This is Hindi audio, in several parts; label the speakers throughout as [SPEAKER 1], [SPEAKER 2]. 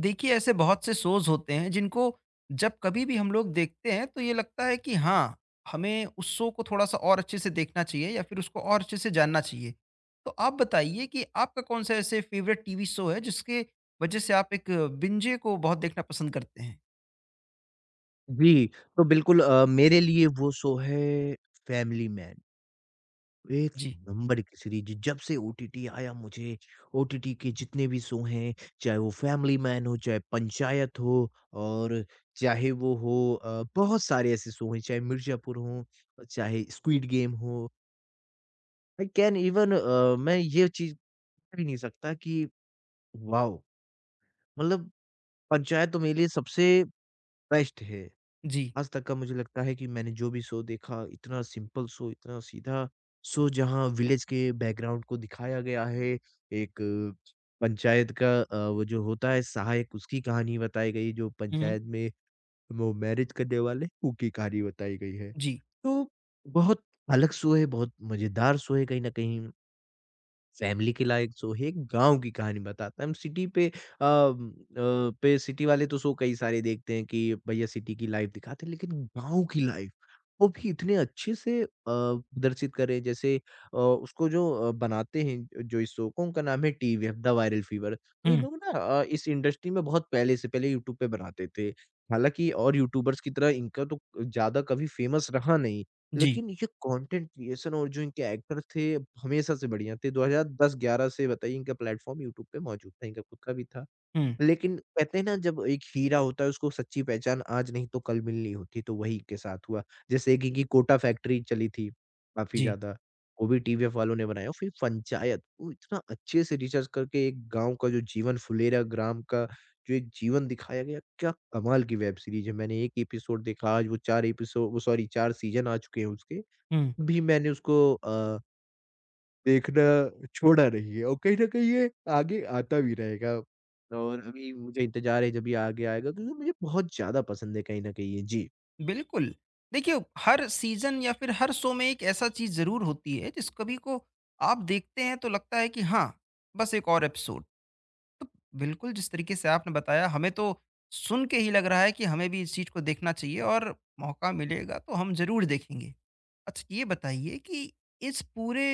[SPEAKER 1] देखिए, ऐसे बहुत से शोज होते हैं जिनको जब कभी भी हम लोग देखते हैं तो ये लगता है कि हाँ, हमें उस शो को थोड़ा सा और अच्छे से देखना चाहिए या फिर उसको और अच्छे से जानना चाहिए। तो आप बताइए कि आपका कौन सा ऐसे फेवरेट टीवी शो है जिसके वजह से आप एक बिंजे को बहुत देखना पसंद करते हैं।
[SPEAKER 2] जी, तो बिल्कुल मेरे लिए वो शो है फैमिली मैन, एक
[SPEAKER 1] जी।
[SPEAKER 2] नंबर की सीरीज़ जब से ओटीटी आया मुझे ओटीटी के जितने भी शो हैं, चाहे वो फैमिली मैन हो, चाहे पंचायत हो और चाहे वो हो बहुत सारे ऐसे शो हैं, चाहे मिर्ज़ापुर हो, चाहे स्क्विड गेम हो, आई कैन इवन अ, मैं ये चीज़ भी नहीं सकता कि वाओ! मतलब पंचायत तो मेरे लिए सबसे बेस्ट है।
[SPEAKER 1] जी।
[SPEAKER 2] आज तक का मुझे लगता है कि मैंने जो भी शो देखा, इतना सिंपल शो, इतना सीधा शो जहाँ विलेज के बैकग्राउंड को दिखाया गया है, एक पंचायत का वो जो होता है सहायक उसकी कहानी बताई गई, जो
[SPEAKER 1] हम्म।
[SPEAKER 2] पंचायत में वो मैरेज करने वाले उनकी कहानी बताई गई है।
[SPEAKER 1] जी।
[SPEAKER 2] तो बहुत अलग शो है, बहुत मज़ेदार शो है कहीं न कहीं। फैमिली के लायक शो है, एक गाँव की कहानी बताता है। हम सिटी पे अ अ, पे सिटी वाले तो शो कई सारे देखते हैं कि भैया सिटी की लाइफ़ दिखाते हैं, लेकिन गाँव की लाइफ़ वो भी इतने अच्छे से प्रदर्शित करे जैसे उसको जो बनाते हैं जो इस शो को उनका नाम है टीवीएफ द वायरल फीवर। तो ये
[SPEAKER 1] हम्म।
[SPEAKER 2] लोग ना इस इंडस्ट्री में बहुत पहले से पहले यूट्यूब पे बनाते थे। हालाँकि और यूट्यूबर्स की तरह इनका तो ज़्यादा कभी फ़ेमस रहा नहीं।
[SPEAKER 1] जी।
[SPEAKER 2] लेकिन ये कंटेंट क्रिएशन और जो इनके एक्टर थे हमेशा से बढ़िया थे। 2010-11 से बताइए इनका प्लेटफ़ॉर्म यूट्यूब पे मौजूद था, इनका खुद का भी था।
[SPEAKER 1] हम्म।
[SPEAKER 2] लेकिन कहते हैं ना जब एक हीरा होता है उसको सच्ची पहचान आज नहीं तो कल मिलनी होती, तो वही के साथ हुआ। जैसे एक इनकी कोटा फैक्ट्री चली थी, काफ़ी
[SPEAKER 1] जी।
[SPEAKER 2] ज़्यादा, वो भी टीवीएफ वालों ने बनाया और फिर पंचायत, वो इतना अच्छे से रिसर्च करके एक गाँव का जो जीवन फुलेरा ग्राम का जो एक जीवन दिखाया गया, क्या कमाल की वेब सीरीज़ है। मैंने 1 एपिसोड देखा, आज वो 4 एपिसोड वो सॉरी 4 सीज़न आ चुके हैं उसके,
[SPEAKER 1] हम्म।
[SPEAKER 2] भी मैंने उसको देखना छोड़ा नहीं है और कहीं न कहीं ये आगे आता भी रहेगा। और अभी मुझे इंतज़ार है जब ये आगे आएगा क्योंकि मुझे बहुत ज़्यादा पसंद है कहीं न कहीं ये। जी।
[SPEAKER 1] बिल्कुल। देखिए, हर सीज़न या फिर हर शो में एक ऐसा चीज़ ज़रूर होती है, जिस कभी को आप देखते हैं तो लगता है कि हाँ, बस एक और एपिसोड। तो बिल्कुल, जिस तरीके से आपने बताया, हमें तो सुन के ही लग रहा है कि हमें भी इस चीज़ को देखना चाहिए और मौका मिलेगा तो हम ज़रूर देखेंगे। अच्छा, ये बताइए कि इस पूरे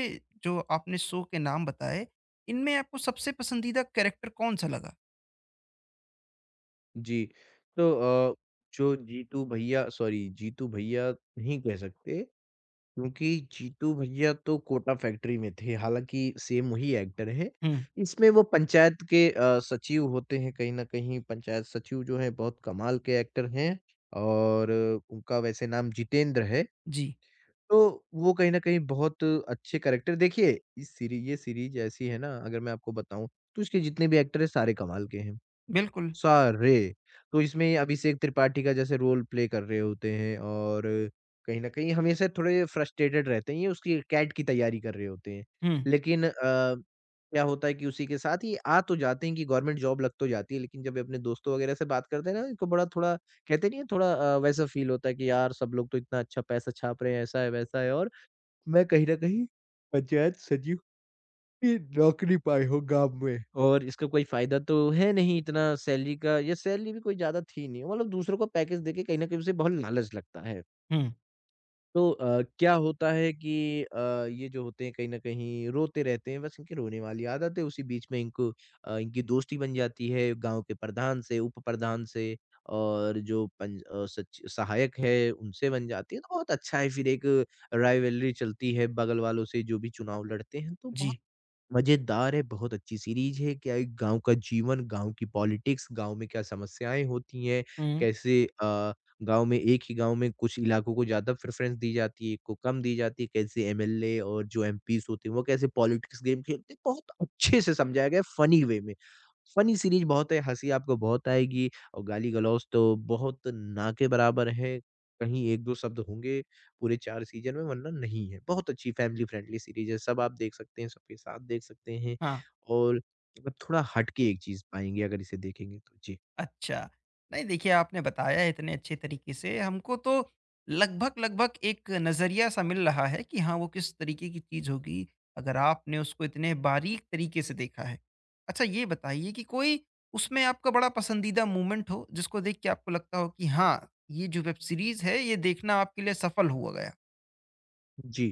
[SPEAKER 1] जो आपने शो के नाम बताए, इनमें आपको सबसे पसंदीदा कैरेक्टर कौन-सा लगा?
[SPEAKER 2] जी। तो अ, जो जीतू भैया सॉरी जीतू भैया नहीं कह सकते क्योंकि जीतू भैया तो कोटा फैक्ट्री में थे, हालाँकि सेम वही एक्टर हैं।
[SPEAKER 1] हुँ।
[SPEAKER 2] इसमें वो पंचायत के सचिव होते हैं कहीं न कहीं पंचायत सचिव जो हैं बहुत कमाल के एक्टर हैं और उनका वैसे नाम जितेंद्र है।
[SPEAKER 1] जी।
[SPEAKER 2] तो वो कहीं न कहीं बहुत अच्छे कैरेक्टर देखिए, इस सीरी ये सीरीज़ ऐसी है ना अगर मैं आपको बताऊँ, तो इसके जितने भी एक्टर हैं सारे कमाल के हैं,
[SPEAKER 1] बिल्कुल।
[SPEAKER 2] सारे। तो इसमें अभिषेक त्रिपाठी का जैसे रोल प्ले कर रहे होते हैं और कहीं न कहीं हमेशा थोड़े फ्रस्ट्रेटेड रहते हैं, ये उसकी कैट की तैयारी कर रहे होते हैं।
[SPEAKER 1] हुँ।
[SPEAKER 2] लेकिन क्या होता है कि उसी के साथ ये आ तो जाते हैं कि गवर्नमेंट जॉब लग तो जाती है, लेकिन जब ये अपने दोस्तों वगैरह से बात करते हैं ना, इनको बड़ा थोड़ा कहते नहीं है थोड़ा वैसा फ़ील होता है कि यार सब लोग तो इतना अच्छा पैसा छाप रहे हैं, ऐसा है, वैसा है और मैं कहीं न कहीं पंचायत सचिव की नौकरी पाया हूँ गाँव में। और इसका कोई फ़ायदा तो है नहीं इतना सैलरी का या सैलरी भी कोई ज़्यादा थी नहीं। मतलब दूसरों को पैकेज देके कहीं न कहीं उसे बहुत लालच लगता है।
[SPEAKER 1] हुँ।
[SPEAKER 2] तो क्या होता है कि ये जो होते हैं कहीं न कहीं रोते रहते हैं, बस इनकी रोने वाली आदत है, उसी बीच में इनको इनकी दोस्ती बन जाती है गाँव के प्रधान से, उप-प्रधान से और जो पंच अ, सच सहायक है, उनसे बन जाती है, तो बहुत अच्छा है फिर एक राइवलरी चलती है बगल वालों से जो भी चुनाव लड़ते हैं, तो बहुत
[SPEAKER 1] जी।
[SPEAKER 2] मज़ेदार है, बहुत अच्छी सीरीज़ है। क्या एक गाँव का जीवन, गाँव की पॉलिटिक्स, गाँव में क्या समस्याएँ होती हैं,
[SPEAKER 1] हुँ।
[SPEAKER 2] कैसे गाँव में एक ही गाँव में कुछ इलाकों को ज़्यादा प्रेफ़रेंस दी जाती है, एक को कम दी जाती है, कैसे एमएलए और जो एमपीज़ होते हैं, वो कैसे पॉलिटिक्स गेम खेलते हैं। बहुत अच्छे से समझाया गया है, फ़नी वे में। फनी सीरीज़ बहुत है, हँसी आपको बहुत आएगी और गाली-गलौज तो बहुत ना के बराबर है। कहीं 1-2 शब्द होंगे पूरे 4 सीज़न में वरना नहीं है। बहुत अच्छी फैमिली फ्रेंडली सीरीज़ है, सब आप देख सकते हैं, सबके साथ देख सकते हैं
[SPEAKER 1] हाँ।
[SPEAKER 2] और मतलब थोड़ा हट के एक चीज़ पाएँगे अगर इसे देखेंगे तो। जी।
[SPEAKER 1] अच्छा। नहीं, देखिए, आपने बताया इतने अच्छे तरीके से हमको तो लगभग-लगभग एक नज़रिया सा मिल रहा है कि हाँ, वो किस तरीके की चीज़ होगी, अगर आपने उसको इतने बारीक तरीके से देखा है। अच्छा, ये बताइए कि कोई उसमें आपका बड़ा पसंदीदा मोमेंट हो, जिसको देख के आपको लगता हो कि हाँ, ये जो वेब सीरीज़ है, ये देखना आपके लिए सफल हुआ गया?
[SPEAKER 2] जी।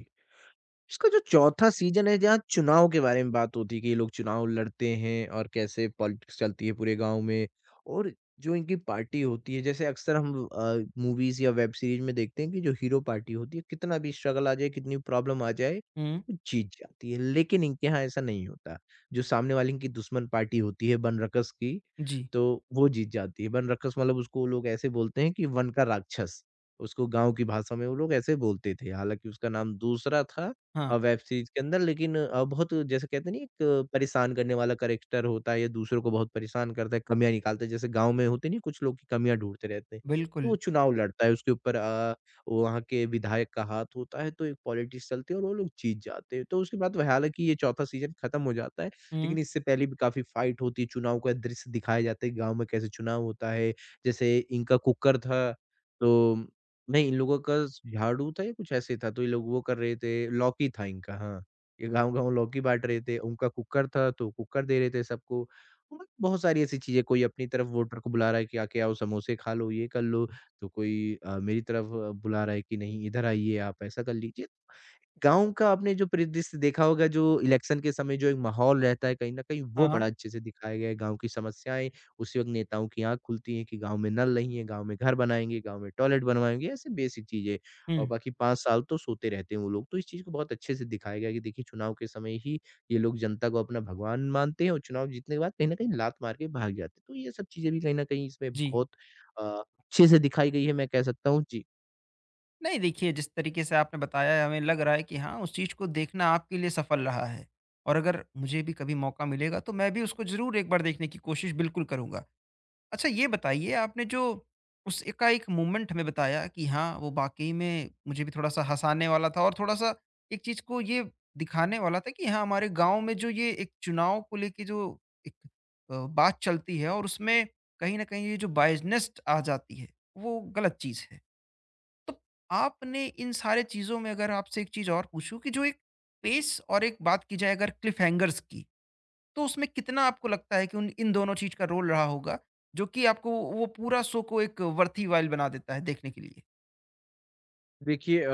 [SPEAKER 2] इसका जो चौथा सीज़न है जहाँ चुनाव के बारे में बात होती है कि ये लोग चुनाव लड़ते हैं और कैसे पॉलिटिक्स चलती है पूरे गाँव में। और जो इनकी पार्टी होती है जैसे अक्सर हम मूवीज़ या वेब सीरीज़ में देखते हैं कि जो हीरो पार्टी होती है कितना भी स्ट्रगल आ जाए, कितनी प्रॉब्लम आ जाए,
[SPEAKER 1] हुँ।
[SPEAKER 2] वो जीत जाती है। लेकिन इनके यहाँ ऐसा नहीं होता। जो सामने वाले इनकी दुश्मन पार्टी होती है बनरक्षस की,
[SPEAKER 1] जी।
[SPEAKER 2] तो वो जीत जाती है। बनरक्षस मतलब उसको लोग ऐसे बोलते हैं कि वन का राक्षस, उसको गाँव की भाषा में वो लोग ऐसे बोलते थे। हालाँकि उसका नाम दूसरा था
[SPEAKER 1] हाँ,
[SPEAKER 2] वेब सीरीज़ के अंदर लेकिन बहुत जैसे कहते हैं ना एक परेशान करने वाला करैक्टर होता है या दूसरों को बहुत परेशान करता है, कमियाँ निकालता है। जैसे गाँव में होते नहीं कुछ लोग की कमियाँ ढूँढते रहते हैं, तो वो
[SPEAKER 1] बिल्कुल।
[SPEAKER 2] चुनाव लड़ता है उसके ऊपर वहाँ के विधायक का हाथ होता है, तो एक पॉलिटिक्स चलती है और वो लोग जीत जाते हैं। तो उसके बाद वह हालाँकि ये चौथा सीज़न खत्म हो जाता है,
[SPEAKER 1] हुँ।
[SPEAKER 2] लेकिन इससे पहले भी काफ़ी फाइट होती है, चुनाव का दृश्य दिखाया जाता है, गाँव में कैसे चुनाव होता है। जैसे इनका कुकर था, तो नहीं, इन लोगों का झाड़ू था या कुछ ऐसे ही था, तो ये लोग वो कर रहे थे लौकी था इनका हाँ, ये गाँव-गाँव लौकी बाँट रहे थे, उनका कुकर था तो कुकर दे रहे थे सबको। मतलब बहुत सारी ऐसी चीज़ें, कोई अपनी तरफ वोटर को बुला रहा है कि आके आओ समोसे खा लो, ये कर लो, तो कोई मेरी तरफ बुला रहा है कि नहीं इधर आइए आप ऐसा कर लीजिए। गाँव का आपने जो परिदृश्य देखा होगा, जो इलेक्शन के समय जो एक माहौल रहता है कहीं न कहीं, वो
[SPEAKER 1] हाँ, हाँ।
[SPEAKER 2] बड़ा अच्छे से दिखाया गया है। गाँव की समस्याएँ, उसी वक़्त नेताओं की आँख खुलती है कि गाँव में नल नहीं है, गाँव में घर बनाएँगे, गाँव में टॉयलेट बनवाएँगे, ऐसी बेसिक चीज़ें। और
[SPEAKER 1] हुँ।
[SPEAKER 2] बाकी 5 साल तो सोते रहते हैं वो लोग। तो इस चीज़ को बहुत अच्छे से दिखाया गया है कि देखिए, चुनाव के समय ही ये लोग जनता को अपना भगवान मानते हैं और चुनाव जीतने के बाद कहीं न कहीं लात मार के भाग जाते हैं। तो ये सब चीज़ें भी कहीं न कहीं इसमें
[SPEAKER 1] जी।
[SPEAKER 2] बहुत अच्छे से दिखाई गई है, मैं कह सकता हूँ। जी।
[SPEAKER 1] नहीं, देखिए, जिस तरीके से आपने बताया है हमें लग रहा है कि हाँ, उस चीज़ को देखना आपके लिए सफल रहा है। और अगर मुझे भी कभी मौका मिलेगा तो मैं भी उसको ज़रूर एक बार देखने की कोशिश बिल्कुल करूँगा। अच्छा, ये बताइए आपने जो उस एकाएक मूवमेंट हमें बताया कि हाँ, वो वाक़ई में मुझे भी थोड़ा-सा हँसाने वाला था और थोड़ा-सा एक चीज़ को ये दिखाने वाला था कि हाँ, हमारे गाँव में जो ये एक चुनाव को लेके जो एक बात चलती है और उसमें कहीं न कहीं ये जो बायज़नेस आ जाती है, वो गलत चीज़ है। तो आपने इन सारे चीज़ों में अगर आपसे एक चीज़ और पूछूँ कि जो एक पेस और एक बात की जाए अगर क्लिफ़हैंगर्स की, तो उसमें कितना आपको लगता है कि उन इन दोनों चीज़ का रोल रहा होगा, जो कि आपको वो पूरा शो को एक वर्थीवाइल बना देता है देखने के लिए?
[SPEAKER 2] देखिए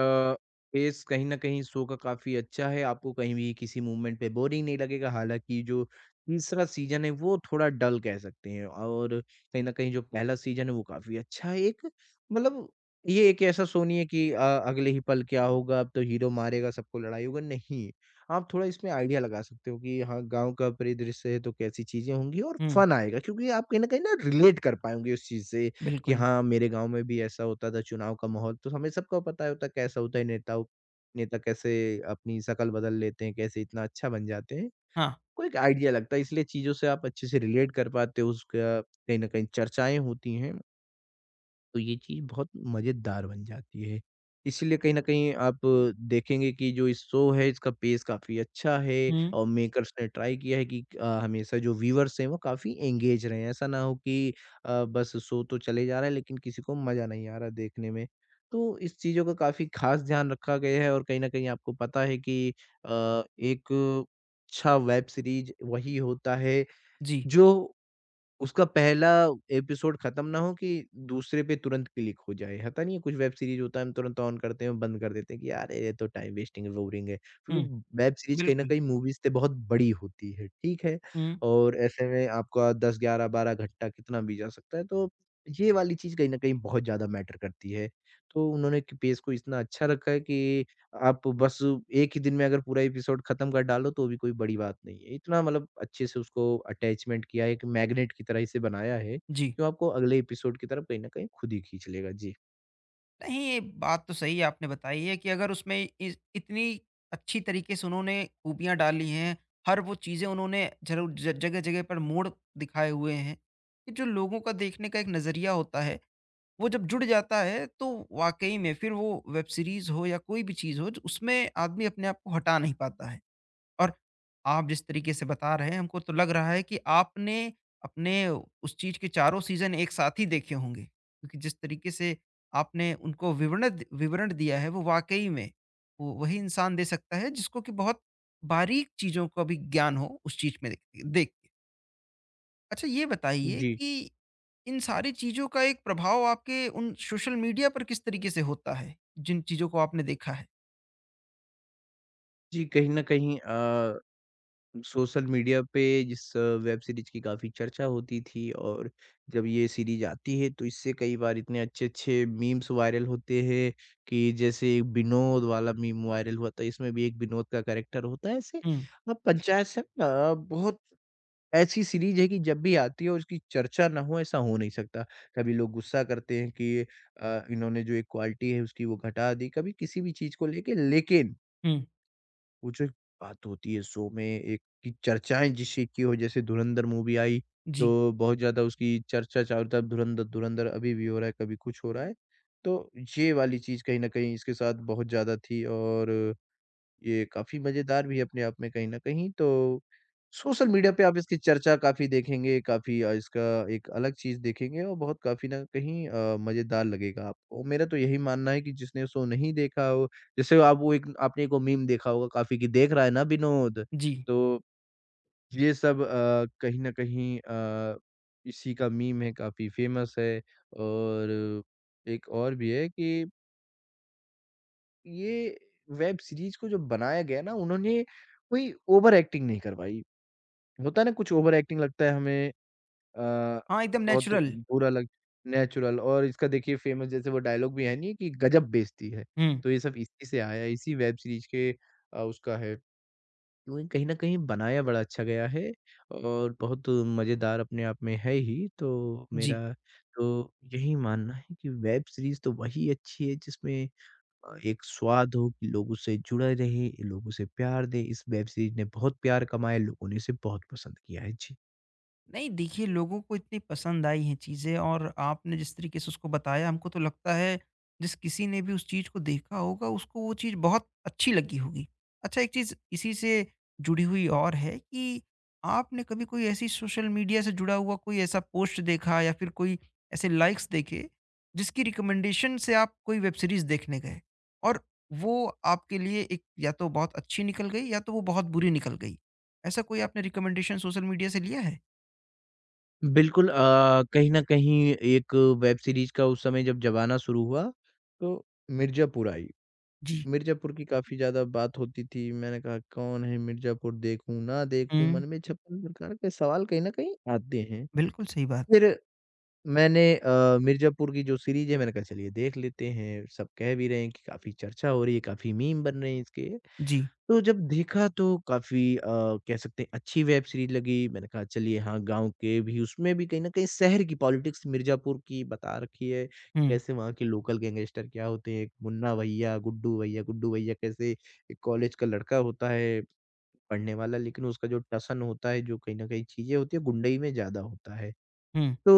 [SPEAKER 2] बेस कहीं न कहीं शो का काफ़ी अच्छा है, आपको कहीं भी किसी मूवमेंट पे बोरिंग नहीं लगेगा, हालाँकि जो तीसरा सीज़न है वो थोड़ा डल कह सकते हैं और कहीं न कहीं जो पहला सीज़न है वो काफ़ी अच्छा है। एक मतलब ये एक ऐसा शो नहीं है कि अगले ही पल क्या होगा, अब तो हीरो मारेगा, सबको लड़ाई होगा, नहीं। आप थोड़ा इसमें आइडिया लगा सकते हो कि हाँ, गाँव का परिदृश्य है तो कैसी चीज़ें होंगी और
[SPEAKER 1] हुँ,
[SPEAKER 2] फन आएगा क्योंकि आप कहीं न कहीं ना रिलेट कर पाएँगे उस चीज़ से। कि
[SPEAKER 1] बिल्कुल।
[SPEAKER 2] हाँ, मेरे गाँव में भी ऐसा होता था चुनाव का माहौल, तो हमें सबको पता होता है कैसा होता है नेता कैसे अपनी शक्ल बदल लेते हैं, कैसे इतना अच्छा बन जाते हैं।
[SPEAKER 1] हाँ।
[SPEAKER 2] कोई एक आइडिया लगता है इसलिए चीज़ों से आप अच्छे से रिलेट कर पाते हो उसका कहीं न कहीं चर्चाएँ होती हैं। तो ये चीज़ बहुत मज़ेदार बन जाती है। इसीलिए कहीं न कहीं आप देखेंगे कि जो ये शो है इसका पेस काफ़ी अच्छा है
[SPEAKER 1] हुँ।
[SPEAKER 2] और मेकर्स ने ट्राई किया है कि हमेशा जो व्यूअर्स हैं वो काफ़ी एंगेज रहें। ऐसा ना हो कि बस शो तो चले जा रहा है लेकिन किसी को मज़ा नहीं आ रहा देखने में। तो इस चीज़ों का काफ़ी ख़ास ध्यान रखा गया है और कहीं न कहीं आपको पता है कि एक अच्छा वेब सीरीज़ वही होता है
[SPEAKER 1] जी।
[SPEAKER 2] जो उसका पहला एपिसोड खत्म ना हो कि दूसरे पे तुरंत क्लिक हो जाए। होता नहीं है कुछ वेब सीरीज़ होता है हम तुरंत ऑन करते हैं और बंद कर देते हैं कि यार ये तो टाइम वेस्टिंग है, बोरिंग है।
[SPEAKER 1] हुँ।
[SPEAKER 2] क्योंकि वेब सीरीज़ कहीं न
[SPEAKER 1] बिल्कुल।
[SPEAKER 2] कहीं मूवीज़ से बहुत बड़ी होती है, ठीक है?
[SPEAKER 1] हुँ।
[SPEAKER 2] और ऐसे में आपका 10, 11, 12 घंटा कितना भी जा सकता है, तो ये वाली चीज़ कहीं न कहीं बहुत ज़्यादा मैटर करती है। तो उन्होंने कि पेस को इतना अच्छा रखा है कि आप बस एक ही दिन में अगर पूरा एपिसोड खत्म कर डालो, तो भी कोई बड़ी बात नहीं है। इतना मतलब अच्छे से उसको अटैचमेंट किया है, एक मैग्नेट की तरह इसे बनाया है,
[SPEAKER 1] जी।
[SPEAKER 2] जो आपको अगले एपिसोड की तरफ कहीं न कहीं खुद ही खींच लेगा। जी।
[SPEAKER 1] नहीं, ये बात तो सही आपने बताई है कि अगर उसमें इस इतनी अच्छी तरीके से उन्होंने खूबियाँ डाली हैं, हर वो चीज़ें उन्होंने ज़रूर ज जगह-जगह पर मोड़ दिखाए हुए हैं, कि जो लोगों का देखने का एक नज़रिया होता है, वो जब जुड़ जाता है तो वाक़ई में फिर वो वेब सीरीज़ हो या कोई भी चीज़ हो ज उसमें आदमी अपने आप को हटा नहीं पाता है। और आप जिस तरीके से बता रहे हैं, हमको तो लग रहा है कि आपने अपने उस चीज़ के चारों सीज़न एक साथ ही देखे होंगे। क्योंकि जिस तरीके से आपने उनको विवरण विवरण दिया है, वो वाक़ई में वो वही इंसान दे सकता है जिसको कि बहुत बारीक चीज़ों का भी ज्ञान हो उस चीज़ में देख देख के। अच्छा, ये बताइए
[SPEAKER 2] जी।
[SPEAKER 1] कि इन सारी चीज़ों का एक प्रभाव आपके उन सोशल मीडिया पर किस तरीके से होता है, जिन चीज़ों को आपने देखा है?
[SPEAKER 2] जी, कहीं न कहीं सोशल मीडिया पे जिस वेब सीरीज की काफ़ी चर्चा होती थी, और जब ये सीरीज आती है तो इससे कई बार इतने अच्छे-अच्छे मीम्स वायरल होते हैं कि जैसे एक विनोद वाला मीम वायरल हुआ था, इसमें भी एक विनोद का कैरेक्टर होता है। ऐसे,
[SPEAKER 1] हुँ।
[SPEAKER 2] अब पंचायत से ना बहुत ऐसी सीरीज है कि जब भी आती है और उसकी चर्चा ना हो, ऐसा हो नहीं सकता। कभी लोग गुस्सा करते हैं कि इन्होंने जो एक क्वालिटी है उसकी वो घटा दी, कभी किसी भी चीज़ को लेके, लेकिन
[SPEAKER 1] हुँ।
[SPEAKER 2] वो जो एक बात होती है शो में एक कि चर्चाएँ जिससे की हो, जैसे धुरंधर मूवी आई,
[SPEAKER 1] जी।
[SPEAKER 2] तो बहुत ज़्यादा उसकी चर्चा चारों तरफ धुरंधर धुरंधर अभी भी हो रहा है, कभी कुछ हो रहा है। तो ये वाली चीज़ कहीं न कहीं इसके साथ बहुत ज़्यादा थी, और ये काफ़ी मज़ेदार भी है अपने आप में कहीं न कहीं। तो सोशल मीडिया पे आप इसकी चर्चा काफ़ी देखेंगे, काफ़ी इसका एक अलग चीज़ देखेंगे, और बहुत काफ़ी न कहीं मज़ेदार लगेगा आपको। मेरा तो यही मानना है कि जिसने शो नहीं देखा हो, जैसे आप वो एक आपने एक वो मीम देखा होगा काफ़ी कि देख रहा है ना विनोद?
[SPEAKER 1] जी।
[SPEAKER 2] तो ये सब कहीं न कहीं इसी का मीम है, काफ़ी फ़ेमस है। और एक और भी है कि ये वेब सीरीज़ को जो बनाया गया ना, उन्होंने कोई ओवर एक्टिंग नहीं करवाई। होता है ना कुछ ओवर एक्टिंग लगता है हमें, अ,
[SPEAKER 1] हाँ, एकदम
[SPEAKER 2] बहुत
[SPEAKER 1] नेचुरल।
[SPEAKER 2] बुरा लग नेचुरल, और इसका देखिए फ़ेमस जैसे वो डायलॉग भी है नहीं कि गज़ब बेइज्जती है।
[SPEAKER 1] हुँ।
[SPEAKER 2] तो ये सब इसी से आया है, इसी वेब सीरीज़ के उसका है। क्योंकि कहीं न कहीं बनाया बड़ा अच्छा गया है, और बहुत मज़ेदार अपने आप में है ही। तो मेरा
[SPEAKER 1] G.
[SPEAKER 2] तो यही मानना है कि वेब सीरीज़ तो वही अच्छी है जिसमें एक स्वाद हो कि लोग उससे जुड़े रहे, लोग उसे प्यार दें। इस वेब सीरीज़ ने बहुत प्यार कमाया, लोगों ने इसे बहुत पसंद किया है। जी।
[SPEAKER 1] नहीं, देखिए, लोगों को इतनी पसंद आई हैं चीज़ें और आपने जिस तरीके से उसको बताया हमको तो लगता है जिस किसी ने भी उस चीज़ को देखा होगा उसको वो चीज़ बहुत अच्छी लगी होगी। अच्छा, एक चीज़ इसी से जुड़ी हुई और है कि आपने कभी कोई ऐसी सोशल मीडिया से जुड़ा हुआ कोई ऐसा पोस्ट देखा या फिर कोई ऐसे लाइक्स देखे जिसकी रिकमेंडेशन से आप कोई वेब सीरीज़ देखने गए और वो आपके लिए एक या तो बहुत अच्छी निकल गई या तो वो बहुत बुरी निकल गई। ऐसा कोई आपने रिकमेंडेशन सोशल मीडिया से लिया है?
[SPEAKER 2] बिल्कुल कहीं न कहीं एक वेब सीरीज़ का उस समय जब ज़माना शुरू हुआ, तो मिर्ज़ापुर आई।
[SPEAKER 1] जी।
[SPEAKER 2] मिर्ज़ापुर की काफ़ी ज़्यादा बात होती थी। मैंने कहा कौन है मिर्ज़ापुर, देखूँ, ना देखूँ?
[SPEAKER 1] हुँ,
[SPEAKER 2] मन में 56 प्रकार के सवाल कहीं न कहीं आते हैं।
[SPEAKER 1] बिल्कुल सही बात।
[SPEAKER 2] फिर मैंने मिर्ज़ापुर की जो सीरीज़ है, मैंने कहा चलिए देख लेते हैं। सब कह भी रहे हैं कि काफ़ी चर्चा हो रही है, काफ़ी मीम बन रहे हैं इसके।
[SPEAKER 1] जी।
[SPEAKER 2] तो जब देखा तो काफ़ी कह सकते हैं अच्छी वेब सीरीज़ लगी। मैंने कहा चलिए हाँ, गाँव के भी उसमें भी कहीं न कहीं शहर की पॉलिटिक्स मिर्ज़ापुर की बता रखी है।
[SPEAKER 1] हुँ।
[SPEAKER 2] कैसे वहाँ के लोकल गैंगस्टर क्या होते हैं, एक मुन्ना भैया, गुड्डू भैया, गुड्डू भैया कैसे एक कॉलेज का लड़का होता है पढ़ने वाला, लेकिन उसका जो टसन होता है, जो कहीं न कहीं चीज़ें होती है, गुंडई में ज़्यादा होता है।
[SPEAKER 1] हुँ।
[SPEAKER 2] तो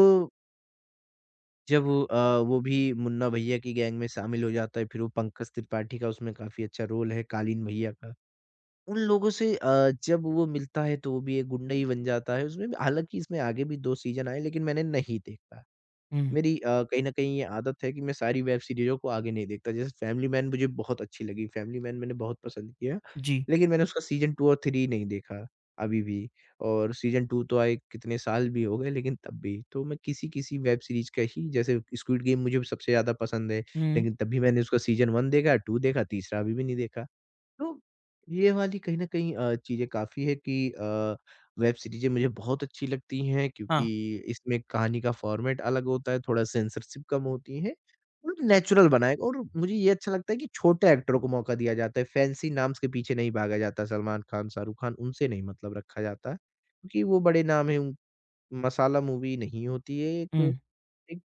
[SPEAKER 2] जब वो भी मुन्ना भैया की गैंग में शामिल हो जाता है, फिर वो पंकज त्रिपाठी का उसमें काफ़ी अच्छा रोल है, कालीन भैया का। उन लोगों से जब वो मिलता है तो वो भी एक गुंडा ही बन जाता है उसमें भी, हालाँकि इसमें आगे भी 2 सीज़न आए लेकिन मैंने नहीं देखा।
[SPEAKER 1] हुँ।
[SPEAKER 2] मेरी कहीं न कहीं ये आदत है कि मैं सारी वेब सीरीज़ों को आगे नहीं देखता। जैसे फैमिली मैन मुझे बहुत अच्छी लगी, फैमिली मैन मैंने बहुत पसंद किया,
[SPEAKER 1] जी।
[SPEAKER 2] लेकिन मैंने उसका सीज़न 2 और 3 नहीं देखा अभी भी, और सीज़न 2 तो आए कितने साल भी हो गए लेकिन तब भी। तो मैं किसी-किसी वेब सीरीज़ का ही, जैसे स्क्विड गेम मुझे सबसे ज़्यादा पसंद है,
[SPEAKER 1] हुँ,
[SPEAKER 2] लेकिन तब भी मैंने उसका सीज़न 1 देखा, 2 देखा, तीसरा अभी भी नहीं देखा। तो ये वाली कहीं न कहीं चीज़ें काफ़ी है कि वेब सीरीज़ें मुझे बहुत अच्छी लगती हैं, क्योंकि
[SPEAKER 1] हाँ।
[SPEAKER 2] इसमें कहानी का फ़ॉर्मेट अलग होता है, थोड़ा सेंसरशिप कम होती है और नेचुरल बनाए, और मुझे ये अच्छा लगता है कि छोटे एक्टरों को मौका दिया जाता है, फैंसी नाम्स के पीछे नहीं भागा जाता, सलमान खान, शाहरुख खान उनसे नहीं मतलब रखा जाता है, क्योंकि वो बड़े नाम हैं, उन मसाला मूवी नहीं होती है,
[SPEAKER 1] हुँ,
[SPEAKER 2] एक एक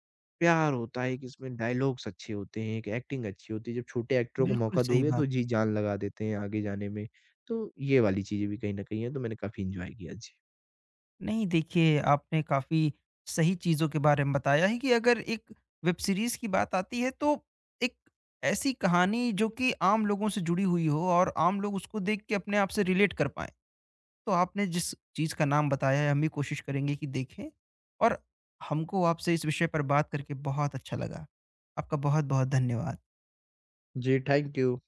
[SPEAKER 2] प्यार होता है, एक इसमें डायलॉग्स अच्छे होते हैं, एक एक्टिंग अच्छी होती है। जब छोटे एक्टरों को
[SPEAKER 1] बिल्कुल
[SPEAKER 2] मौका
[SPEAKER 1] सही
[SPEAKER 2] दोगे तो
[SPEAKER 1] बात।
[SPEAKER 2] जी जान लगा देते हैं आगे जाने में। तो ये वाली चीज़ें भी कहीं न कहीं हैं, तो मैंने काफ़ी एन्जॉय किया। जी।
[SPEAKER 1] नहीं, देखिए, आपने काफ़ी सही चीज़ों के बारे में बताया है कि अगर एक वेब सीरीज़ की बात आती है तो एक ऐसी कहानी जो कि आम लोगों से जुड़ी हुई हो और आम लोग उसको देख के अपने आप से रिलेट कर पाएँ। तो आपने जिस चीज़ का नाम बताया है हम भी कोशिश करेंगे कि देखें और हमको आपसे इस विषय पर बात करके बहुत अच्छा लगा। आपका बहुत-बहुत धन्यवाद।
[SPEAKER 2] जी, थैंक यू।